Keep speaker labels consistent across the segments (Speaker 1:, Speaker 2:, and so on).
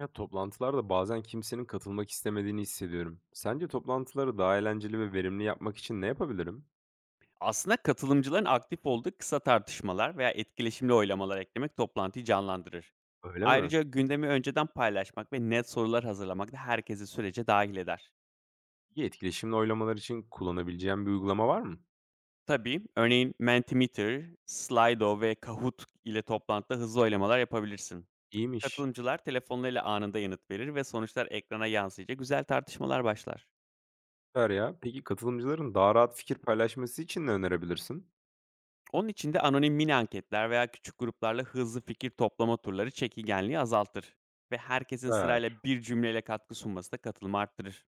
Speaker 1: Ya toplantılarda bazen kimsenin katılmak istemediğini hissediyorum. Sence toplantıları daha eğlenceli ve verimli yapmak için ne yapabilirim?
Speaker 2: Aslında katılımcıların aktif olduğu kısa tartışmalar veya etkileşimli oylamalar eklemek toplantıyı canlandırır.
Speaker 1: Öyle mi?
Speaker 2: Ayrıca gündemi önceden paylaşmak ve net sorular hazırlamak da herkesi sürece dahil eder.
Speaker 1: İyi etkileşimli oylamalar için kullanabileceğim bir uygulama var mı?
Speaker 2: Tabii, örneğin Mentimeter, Slido ve Kahoot ile toplantıda hızlı oylamalar yapabilirsin.
Speaker 1: İyiymiş.
Speaker 2: Katılımcılar telefonlarıyla anında yanıt verir ve sonuçlar ekrana yansıyınca güzel tartışmalar başlar.
Speaker 1: Süper ya. Peki katılımcıların daha rahat fikir paylaşması için ne önerebilirsin?
Speaker 2: Onun için de anonim mini anketler veya küçük gruplarla hızlı fikir toplama turları çekigenliği azaltır ve herkesin
Speaker 1: Süper.
Speaker 2: sırayla bir cümleyle katkı sunması da katılımı arttırır.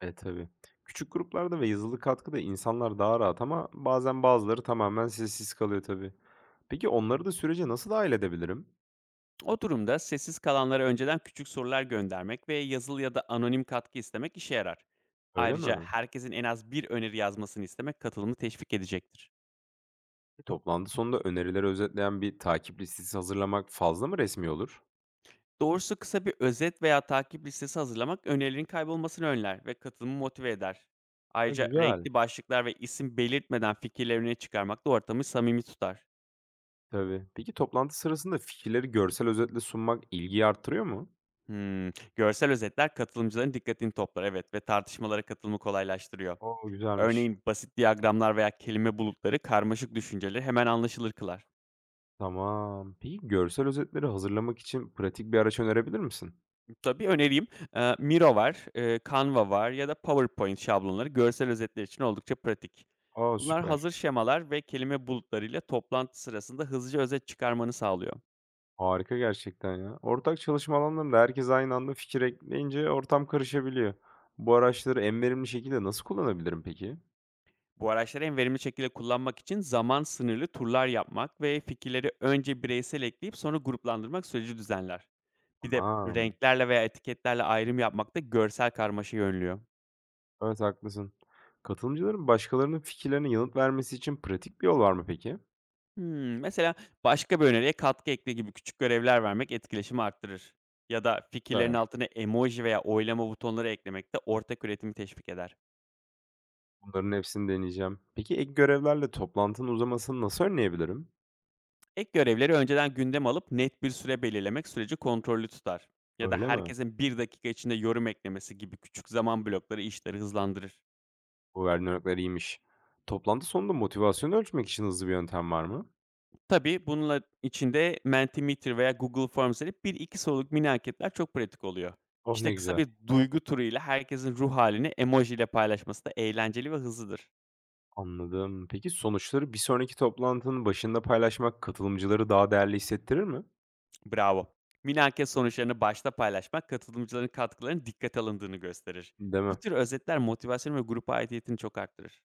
Speaker 1: E tabii. Küçük gruplarda ve yazılı katkıda insanlar daha rahat ama bazen bazıları tamamen sessiz kalıyor tabii. Peki onları da sürece nasıl dahil edebilirim?
Speaker 2: O durumda sessiz kalanlara önceden küçük sorular göndermek ve yazılı ya da anonim katkı istemek işe yarar.
Speaker 1: Öyle
Speaker 2: Ayrıca
Speaker 1: mi?
Speaker 2: herkesin en az bir öneri yazmasını istemek katılımı teşvik edecektir.
Speaker 1: Toplantı sonunda önerileri özetleyen bir takip listesi hazırlamak fazla mı resmi olur?
Speaker 2: Doğrusu kısa bir özet veya takip listesi hazırlamak önerilerin kaybolmasını önler ve katılımı motive eder.
Speaker 1: Ha,
Speaker 2: Ayrıca
Speaker 1: güzel.
Speaker 2: renkli başlıklar ve isim belirtmeden fikirlerini çıkarmak da ortamı samimi tutar.
Speaker 1: Tabii. Peki toplantı sırasında fikirleri görsel özetle sunmak ilgiyi arttırıyor mu?
Speaker 2: Hımm. Görsel özetler katılımcıların dikkatini toplar, evet, ve tartışmalara katılımı kolaylaştırıyor.
Speaker 1: O güzelmiş.
Speaker 2: Örneğin basit diyagramlar veya kelime bulutları karmaşık düşünceleri hemen anlaşılır kılar.
Speaker 1: Tamam. Peki görsel özetleri hazırlamak için pratik bir araç önerebilir misin?
Speaker 2: Tabii, önereyim, Miro var, Canva var ya da PowerPoint şablonları görsel özetler için oldukça pratik.
Speaker 1: Aa
Speaker 2: Bunlar
Speaker 1: süper.
Speaker 2: hazır şemalar ve kelime bulutlarıyla toplantı sırasında hızlıca özet çıkarmanı sağlıyor.
Speaker 1: Harika gerçekten ya. Ortak çalışma alanlarında herkes aynı anda fikir ekleyince ortam karışabiliyor. Bu araçları en verimli şekilde nasıl kullanabilirim peki?
Speaker 2: Bu araçları en verimli şekilde kullanmak için zaman sınırlı turlar yapmak ve fikirleri önce bireysel ekleyip sonra gruplandırmak süreci düzenler. Bir de
Speaker 1: Tamam.
Speaker 2: renklerle veya etiketlerle ayrım yapmak da görsel karmaşayı önlüyor.
Speaker 1: Evet, haklısın. Katılımcıların başkalarının fikirlerine yanıt vermesi için pratik bir yol var mı peki?
Speaker 2: Hımm, mesela başka bir öneriye katkı ekle gibi küçük görevler vermek etkileşimi arttırır. Ya da fikirlerin
Speaker 1: Süper.
Speaker 2: altına emoji veya oylama butonları eklemek de ortak üretimi teşvik eder.
Speaker 1: Bunların hepsini deneyeceğim. Peki ek görevlerle toplantının uzamasını nasıl önleyebilirim?
Speaker 2: Ek görevleri önceden gündeme alıp net bir süre belirlemek süreci kontrollü tutar. Ya da
Speaker 1: Öyle mi?
Speaker 2: herkesin bir dakika içinde yorum eklemesi gibi küçük zaman blokları işleri hızlandırır.
Speaker 1: Bu verdiğin örnekler iyiymiş. Toplantı sonunda motivasyonu ölçmek için hızlı bir yöntem var mı?
Speaker 2: Tabii, bununla içinde Mentimeter veya Google Forms gibi bir iki soruluk mini anketler çok pratik oluyor.
Speaker 1: Oh
Speaker 2: İşte
Speaker 1: ne
Speaker 2: kısa
Speaker 1: güzel.
Speaker 2: bir duygu turuyla herkesin ruh halini emoji ile paylaşması da eğlenceli ve hızlıdır.
Speaker 1: Anladım. Peki sonuçları bir sonraki toplantının başında paylaşmak katılımcıları daha değerli hissettirir mi?
Speaker 2: Bravo. Mini anket sonuçlarını başta paylaşmak katılımcıların katkılarının dikkate alındığını gösterir.
Speaker 1: Değil
Speaker 2: Bu
Speaker 1: mi?
Speaker 2: tür özetler motivasyon ve grupa aidiyetini çok arttırır.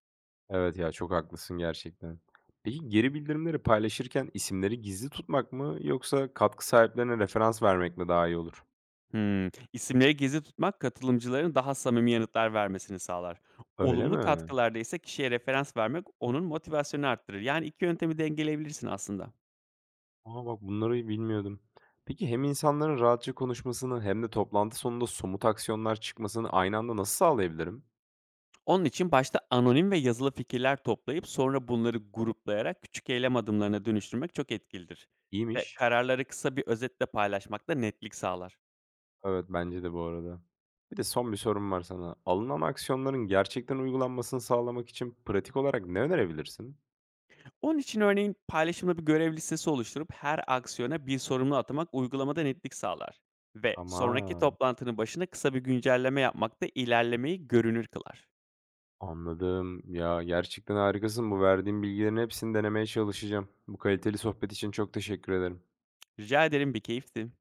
Speaker 1: Evet ya, çok haklısın gerçekten. Peki geri bildirimleri paylaşırken isimleri gizli tutmak mı yoksa katkı sahiplerine referans vermek mi daha iyi olur?
Speaker 2: Hımm. İsimleri gizli tutmak katılımcıların daha samimi yanıtlar vermesini sağlar.
Speaker 1: Öyle
Speaker 2: Olumlu
Speaker 1: mi?
Speaker 2: katkılarda ise kişiye referans vermek onun motivasyonunu arttırır. Yani 2 yöntemi dengeleyebilirsin aslında.
Speaker 1: Aa bak bunları bilmiyordum. Peki hem insanların rahatça konuşmasını hem de toplantı sonunda somut aksiyonlar çıkmasını aynı anda nasıl sağlayabilirim?
Speaker 2: Onun için başta anonim ve yazılı fikirler toplayıp sonra bunları gruplayarak küçük eylem adımlarına dönüştürmek çok etkilidir. Ve
Speaker 1: İyiymiş.
Speaker 2: kararları kısa bir özetle paylaşmak da netlik sağlar.
Speaker 1: Evet bence de bu arada. Bir de son bir sorum var sana. Alınan aksiyonların gerçekten uygulanmasını sağlamak için pratik olarak ne önerebilirsin?
Speaker 2: Onun için örneğin paylaşımlı bir görev listesi oluşturup her aksiyona bir sorumlu atamak uygulamada netlik sağlar. Ve sonraki
Speaker 1: Ama
Speaker 2: toplantının başına kısa bir güncelleme yapmak da ilerlemeyi görünür kılar.
Speaker 1: anladım. Ya, gerçekten harikasın. Bu verdiğin bilgilerin hepsini denemeye çalışacağım. Bu kaliteli sohbet için çok teşekkür ederim.
Speaker 2: Rica ederim, bir keyifti.